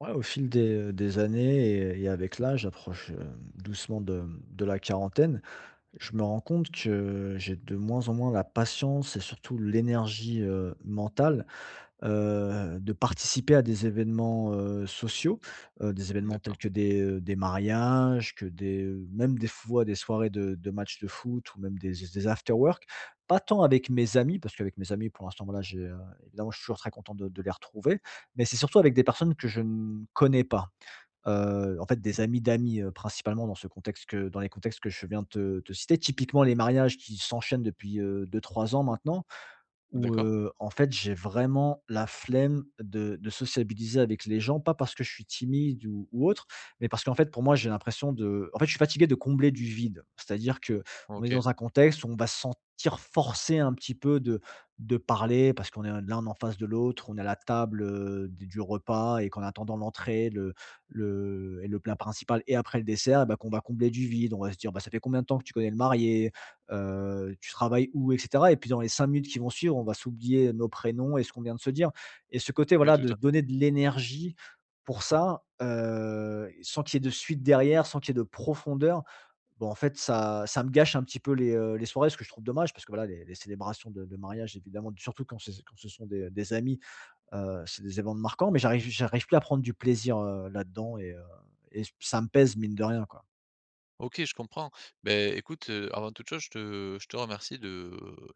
Ouais, au fil des années et avec l'âge, j'approche doucement de la quarantaine. Je me rends compte que j'ai de moins en moins la patience et surtout l'énergie mentale de participer à des événements, sociaux, des événements tels D'accord, que des mariages, même des fois des soirées de matchs de foot ou même des after work. Pas tant avec mes amis, parce qu'avec mes amis pour l'instant voilà évidemment je suis toujours très content de les retrouver, mais c'est surtout avec des personnes que je ne connais pas. En fait des amis d'amis, principalement dans ce contexte que dans les contextes que je viens de te citer. Typiquement les mariages qui s'enchaînent depuis, deux trois ans maintenant, où, d'accord, en fait, j'ai vraiment la flemme de sociabiliser avec les gens, pas parce que je suis timide ou autre, mais parce qu'en fait, pour moi, j'ai l'impression je suis fatigué de combler du vide. C'est-à-dire que on est OK. dans un contexte où on va se sentir forcé un petit peu de parler parce qu'on est l'un en face de l'autre, on est à la table, d du repas et qu'en attendant l'entrée, le et le plat principal et après le dessert, bah, qu'on va combler du vide. On va se dire: «Bah, ça fait combien de temps que tu connais le marié?» Tu travailles où et cetera et puis dans les 5 minutes qui vont suivre, on va s'oublier nos prénoms et ce qu'on vient de se dire, et ce côté, Oui, voilà, tout de à fait. donner de l'énergie pour ça, sans qu'il y ait de suite derrière, sans qu'il y ait de profondeur, bon en fait, ça me gâche un petit peu les soirées, ce que je trouve dommage parce que, voilà, les célébrations de mariage évidemment, surtout quand c'est quand ce sont des amis, c'est des événements marquants, mais j'arrive plus à prendre du plaisir, là-dedans, et ça me pèse mine de rien, quoi. OK, je comprends. Ben écoute, avant toute chose, je te remercie de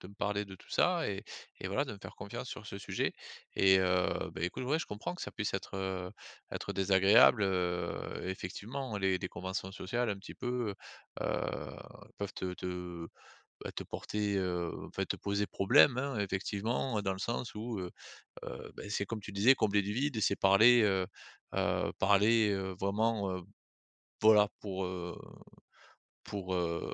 me parler de tout ça et voilà, de me faire confiance sur ce sujet et beh, écoute, ouais, je comprends que ça puisse être, être désagréable, effectivement, les conventions sociales, un petit peu, heu, peuvent te, bah, te porter, enfin, te poser problème, hein, effectivement, dans le sens où, beh, c'est comme tu disais, combler du vide, c'est parler, parler, vraiment, voilà, pour, heu,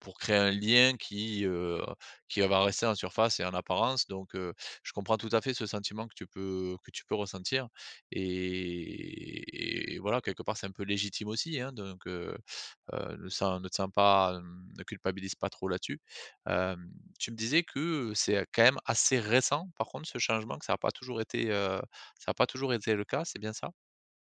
pour créer un lien qui va rester en surface et en apparence donc je comprends tout à fait ce sentiment que tu peux ressentir et voilà, quelque part, c'est un peu légitime aussi, hein, donc ne te sens pas, hem, ne culpabilise pas trop là-dessus. Hem, tu me disais que c'est quand même assez récent, par contre, ce changement, que ça n'a pas toujours été, ça n'a pas toujours été le cas, c'est bien ça?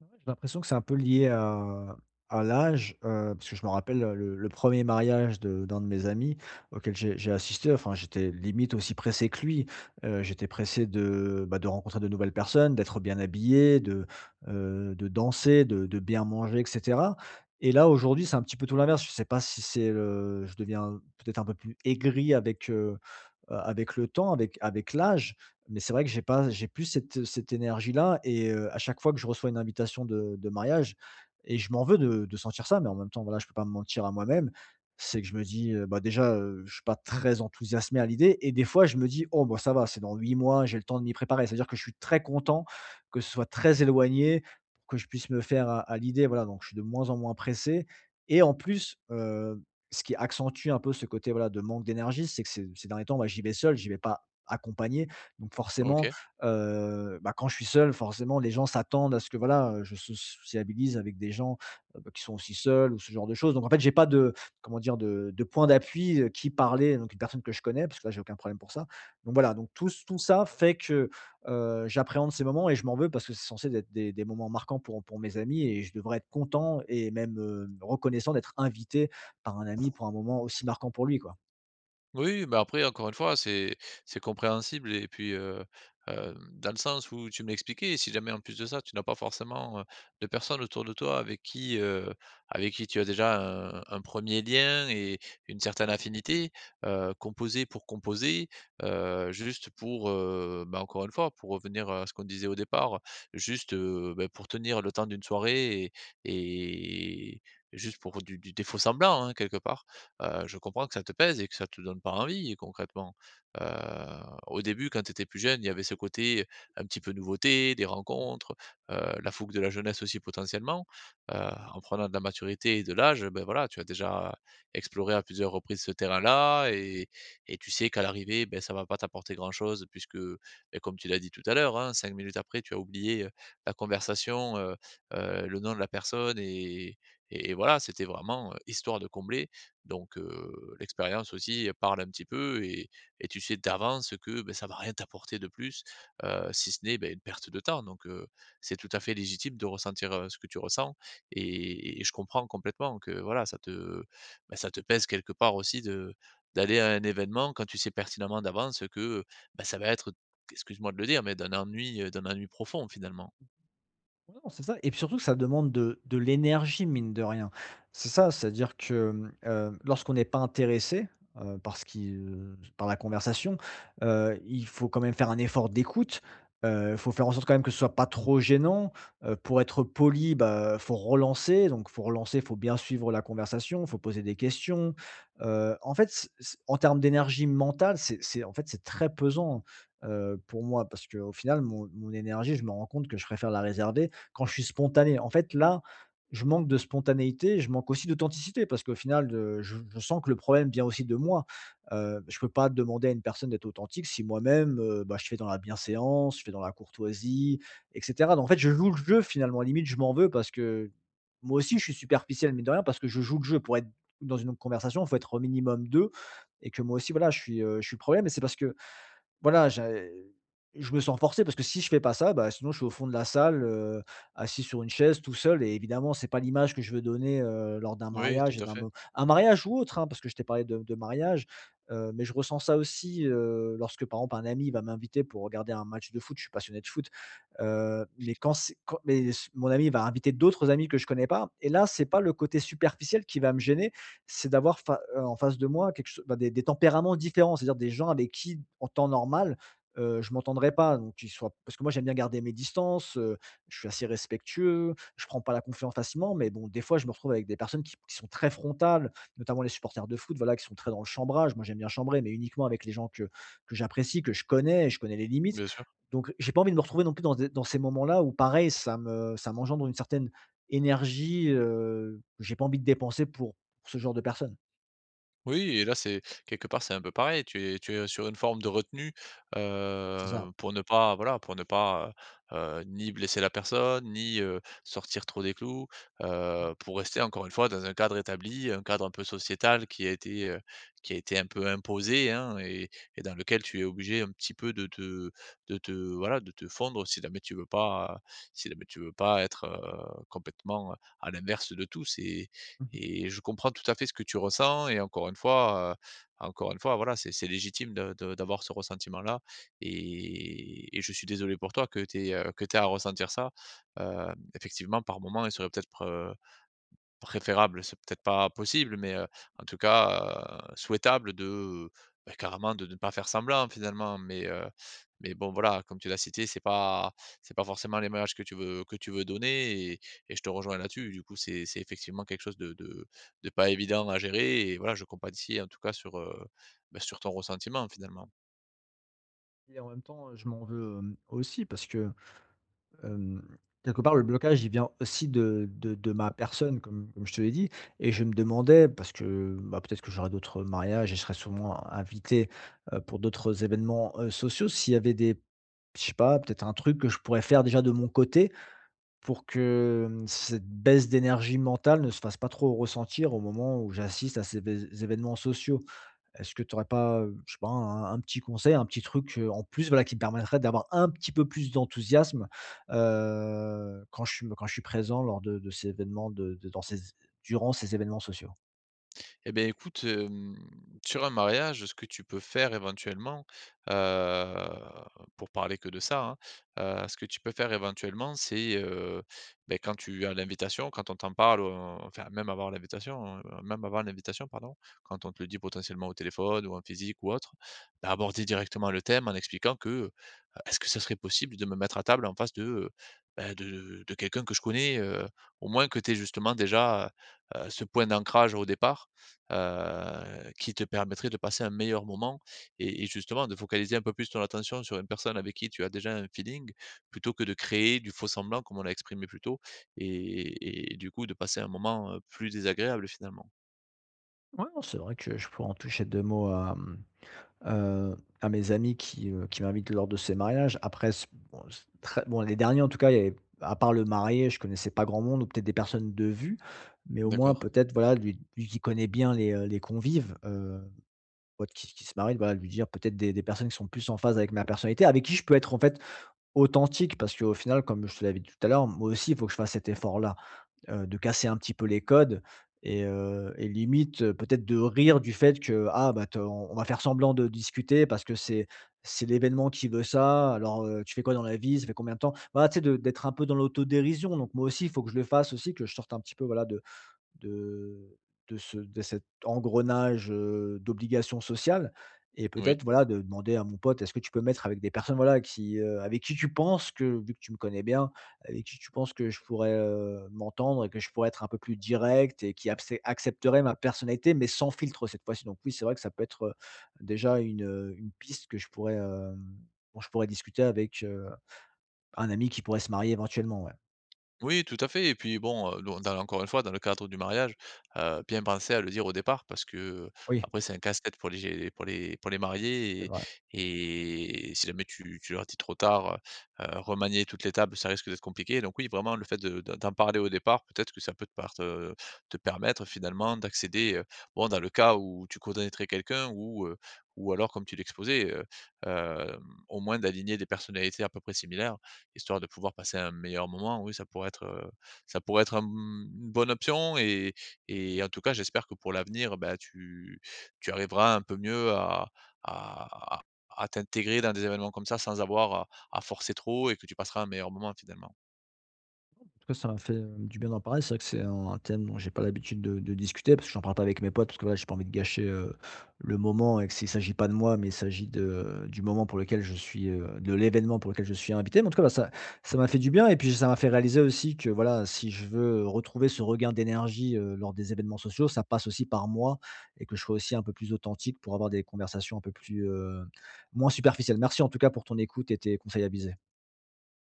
J'ai l'impression que c'est un peu lié à l'âge, parce que je me rappelle, le premier mariage de d'un de mes amis auquel j'ai assisté, enfin, j'étais limite aussi pressé que lui. J'étais pressé de rencontrer de nouvelles personnes, d'être bien habillé, de danser, de bien manger et cetera, et là, aujourd'hui, c'est un petit peu tout l'inverse. Je sais pas si c'est le je deviens peut-être un peu plus aigri avec le temps, avec l'âge, mais c'est vrai que j'ai pas j'ai plus cette énergie-là et à chaque fois que je reçois une invitation de mariage, et je m'en veux de sentir ça, mais en même temps, voilà, je peux pas me mentir à moi-même. C'est que je me dis, déjà, je suis pas très enthousiasmé à l'idée, et des fois je me dis: «Oh bah, ça va, c'est dans 8 mois, j'ai le temps de m'y préparer». C'est-à-dire que je suis très content que ce soit très éloigné pour que je puisse me faire à l'idée, voilà, donc je suis de moins en moins pressé, et en plus, ce qui accentue un peu ce côté, voilà, de manque d'énergie, c'est que ces derniers temps, bah, j'y vais seul, j'y vais pas accompagné, donc forcément, OK. Bah, quand je suis seul, forcément, les gens s'attendent à ce que, voilà, je sociabilise avec des gens, bah, qui sont aussi seuls ou ce genre de choses. Donc en fait, j'ai pas de, comment dire? De point d'appui, qui parler, donc une personne que je connais, parce que là, j'ai aucun problème pour ça. Donc voilà, donc tout ça fait que, j'appréhende ces moments et je m'en veux parce que c'est censé être des moments marquants pour mes amis, et je devrais être content et même, reconnaissant d'être invité par un ami pour un moment aussi marquant pour lui, quoi. Oui, mais après, encore une fois, c'est compréhensible et puis, dans le sens où tu me l'expliquais, si jamais en plus de ça, tu n'as pas forcément, de personnes autour de toi avec qui tu as déjà un 1 lien et une certaine affinité, composer, juste pour, bah, encore une fois, pour revenir à ce qu'on disait au départ, juste, bah, pour tenir le temps d'une soirée et juste pour du des faux semblants, hein, quelque part. Je comprends que ça te pèse et que ça te donne pas envie concrètement. Heu, au début, quand tu étais plus jeune, il y avait ce côté un petit peu nouveauté, des rencontres, heu, la fougue de la jeunesse aussi potentiellement. Heu, en prenant de la maturité et de l'âge, ben voilà, tu as déjà exploré à plusieurs reprises ce terrain-là et tu sais qu'à l'arrivée, ben ça va pas t'apporter grand-chose puisque, beh, comme tu l'as dit tout à l'heure, hein, 5 minutes après, tu as oublié, la conversation, le nom de la personne et voilà, c'était vraiment, histoire de combler. Donc l'expérience aussi elle parle un petit peu et tu sais d'avance que, beh, ça va rien t'apporter de plus, si ce n'est, beh, une perte de temps. Donc c'est tout à fait légitime de ressentir, ce que tu ressens et je comprends complètement que, voilà, ça te, bah, ça te pèse quelque part aussi de d'aller à un événement quand tu sais pertinemment d'avance que, bah, ça va être, excuse-moi de le dire, mais d'un ennui, d'un ennui profond finalement. Ouais, non, c'est ça, et puis surtout que ça demande de l'énergie mine de rien. C'est ça, c'est-à-dire que, lorsqu'on n'est pas intéressé, par la conversation, il faut quand même faire un effort d'écoute. Il faut faire en sorte quand même que ce soit pas trop gênant, pour être poli, bah, faut relancer, faut bien suivre la conversation, faut poser des questions, en fait, c c en termes d'énergie mentale, c'est très pesant, pour moi, parce qu'au final mon énergie, je me rends compte que je préfère la réserver quand je suis spontané. En fait, là, je manque de spontanéité, je manque aussi d'authenticité parce qu'au final, je sens que le problème vient aussi de moi. Je peux pas demander à une personne d'être authentique si moi-même, bah, je fais dans la bienséance, je fais dans la courtoisie, et cetera. Donc en fait, je joue le jeu finalement, limite je m'en veux parce que moi aussi je suis superficiel mais de rien parce que je joue le jeu. Pour être dans une conversation, il faut être au minimum 2, et que moi aussi voilà, je suis le problème, et c'est parce que voilà, j'ai je me sens forcé parce que si je fais pas ça, bah, sinon je suis au fond de la salle, assis sur une chaise tout seul, et évidemment, c'est pas l'image que je veux donner, lors d'un Oui, tout mariage et à d'un fait, mo un mariage ou autre, hein, parce que je t'ai parlé de mariage, mais je ressens ça aussi, lorsque par exemple un ami va m'inviter pour regarder un match de foot, je suis passionné de foot, mais quand c'est quand mais s mon ami va inviter d'autres amis que je connais pas, et là, c'est pas le côté superficiel qui va me gêner, c'est d'avoir fa en face de moi quelque chose, bah, des tempéraments différents, c'est-à-dire des gens avec qui, en temps normal, je m'entendrais pas. Donc qu'ils soient, parce que moi j'aime bien garder mes distances, je suis assez respectueux, je prends pas la confiance facilement, mais bon, des fois je me retrouve avec des personnes qui sont très frontales, notamment les supporters de foot, voilà, qui sont très dans le chambrage. Moi j'aime bien chambrer, mais uniquement avec les gens que j'apprécie, que je connais, et je connais les limites. bien sûr. Donc j'ai pas envie de me retrouver non plus dans ces moments-là où pareil, ça m'engendre une certaine énergie, que j'ai pas envie de dépenser pour, ce genre de personnes, Oui et là, c'est quelque part, c'est un peu pareil. Tu es sur une forme de retenue, c'est ça? Pour ne pas, voilà, pour ne pas, heu, ni blesser la personne, ni, sortir trop des clous, pour rester encore une fois dans un cadre établi, un cadre un peu sociétal qui a été un peu imposé, hein, et dans lequel tu es obligé un petit peu de te, voilà, de te fondre si jamais tu veux pas si jamais tu veux pas être, complètement à l'inverse de tous Mmh. et je comprends tout à fait ce que tu ressens et encore une fois, voilà, c'est légitime de d'avoir ce ressentiment-là et je suis désolé pour toi que tu à ressentir ça. Heu, effectivement, par moment, il serait peut-être, heu, préférable, c'est peut-être pas possible, mais, en tout cas, souhaitable de, bah, carrément de ne pas faire semblant finalement. Mais, bon voilà, comme tu l'as cité, c'est pas forcément les l'image que tu veux donner et je te rejoins là-dessus. Du coup, c'est effectivement quelque chose de pas évident à gérer et voilà, je compatis en tout cas sur, bah, sur ton ressentiment finalement. Et en même temps, je m'en veux, aussi parce que, hem, quelque part, le blocage, il vient aussi de ma personne comme je te l'ai dit, et je me demandais parce que, bah, peut-être que j'aurais d'autres mariages et je serais souvent invité, pour d'autres événements, sociaux. S'il y avait des je sais pas, peut-être un truc que je pourrais faire déjà de mon côté pour que, cette baisse d'énergie mentale ne se fasse pas trop ressentir au moment où j'assiste à ces bés événements sociaux. Est-ce que tu n'aurais pas, je sais pas, un petit conseil, un petit truc, en plus, voilà, qui me permettrait d'avoir un petit peu plus d'enthousiasme, quand je suis présent lors de ces événements de dans ces durant ces événements sociaux? Eh bien écoute, hem, sur un mariage, ce que tu peux faire éventuellement, heu, pour parler que de ça, hein, ce que tu peux faire éventuellement, c'est, beh, quand tu as l'invitation, quand on t'en parle, enfin même avant l'invitation, pardon, quand on te le dit potentiellement au téléphone ou en physique ou autre, bah, aborder directement le thème en expliquant que, est-ce que ça serait possible de me mettre à table en face de, bah, de quelqu'un que je connais, au moins que tu aies justement déjà, heu, ce point d'ancrage au départ, qui te permettrait de passer un meilleur moment et justement de focaliser un peu plus ton attention sur une personne avec qui tu as déjà un feeling, plutôt que de créer du faux-semblant comme on l'a exprimé plus tôt et du coup de passer un moment, plus désagréable finalement. Ouais, non, c'est vrai que je pourrais en toucher 2 mots à mes amis qui m'invitent lors de ces mariages. Après c bon c'est très bon, les derniers, en tout cas, il y avait, à part le marié, je connaissais pas grand monde ou peut-être des personnes de vue, mais au moins D'accord, peut-être, voilà, lui qui connaît bien les convives, pote qui se marie, voilà, lui dire peut-être des personnes qui sont plus en phase avec ma personnalité, avec qui je peux être en fait authentique. Parce qu'au final, comme je te l'avais dit tout à l'heure, moi aussi, il faut que je fasse cet effort-là, de casser un petit peu les codes, et limite, peut-être de rire du fait que: «Ah bah te on va faire semblant de discuter parce que c'est l'événement qui veut ça. Alors, tu fais quoi dans la vie? Ça fait combien de temps?» Voilà, tu sais de d'être un peu dans l'autodérision. Donc moi aussi, il faut que je le fasse aussi, que je sorte un petit peu, voilà, de de ce de cet engrenage, d'obligations sociales, et oui. peut-être, voilà, de demander à mon pote: «Est-ce que tu peux mettre avec des personnes, voilà, avec qui tu penses que, vu que tu me connais bien, avec qui tu penses que je pourrais, m'entendre et que je pourrais être un peu plus direct, et qui accepterait accepteraient ma personnalité, mais sans filtre cette fois-ci?» Donc oui, c'est vrai que ça peut être, déjà une piste que je pourrais, hem, dont je pourrais discuter avec, un ami qui pourrait se marier éventuellement, ouais. Oui, tout à fait et puis bon, dans dans encore une fois, dans le cadre du mariage, bien penser à le dire au départ parce que Oui, après, c'est un casse-tête pour les mariés c'est vrai. et si jamais tu leur dis trop tard, remanier toutes les tables, ça risque d'être compliqué donc oui, vraiment le fait de d'en parler au départ, peut-être que ça peut te te permettre finalement d'accéder, bon dans le cas où tu connaîtrais quelqu'un ou alors comme tu l'exposais, hem, au moins d'aligner des personnalités à peu près similaires histoire de pouvoir passer un meilleur moment, oui, ça pourrait être un mmh, une bonne option et en tout cas, j'espère que pour l'avenir, bah, tu tu arriveras un peu mieux à à à t'intégrer dans des événements comme ça sans avoir à forcer trop et que tu passeras un meilleur moment finalement. Tout cas, ça m'a fait, du bien d'en parler. C'est vrai que c'est un thème dont j'ai pas l'habitude de discuter parce que j'en parle pas avec mes potes parce que, voilà, j'ai pas envie de gâcher, le moment et que s'il s'agit pas de moi, mais il s'agit de du moment pour lequel de l'événement pour lequel je suis invité. Mais en tout cas, bah, ça m'a fait du bien et puis ça m'a fait réaliser aussi que, voilà, si je veux retrouver ce regain d'énergie, lors des événements sociaux, ça passe aussi par moi et que je sois aussi un peu plus authentique pour avoir des conversations un peu moins superficielles. Merci en tout cas pour ton écoute et tes conseils avisés.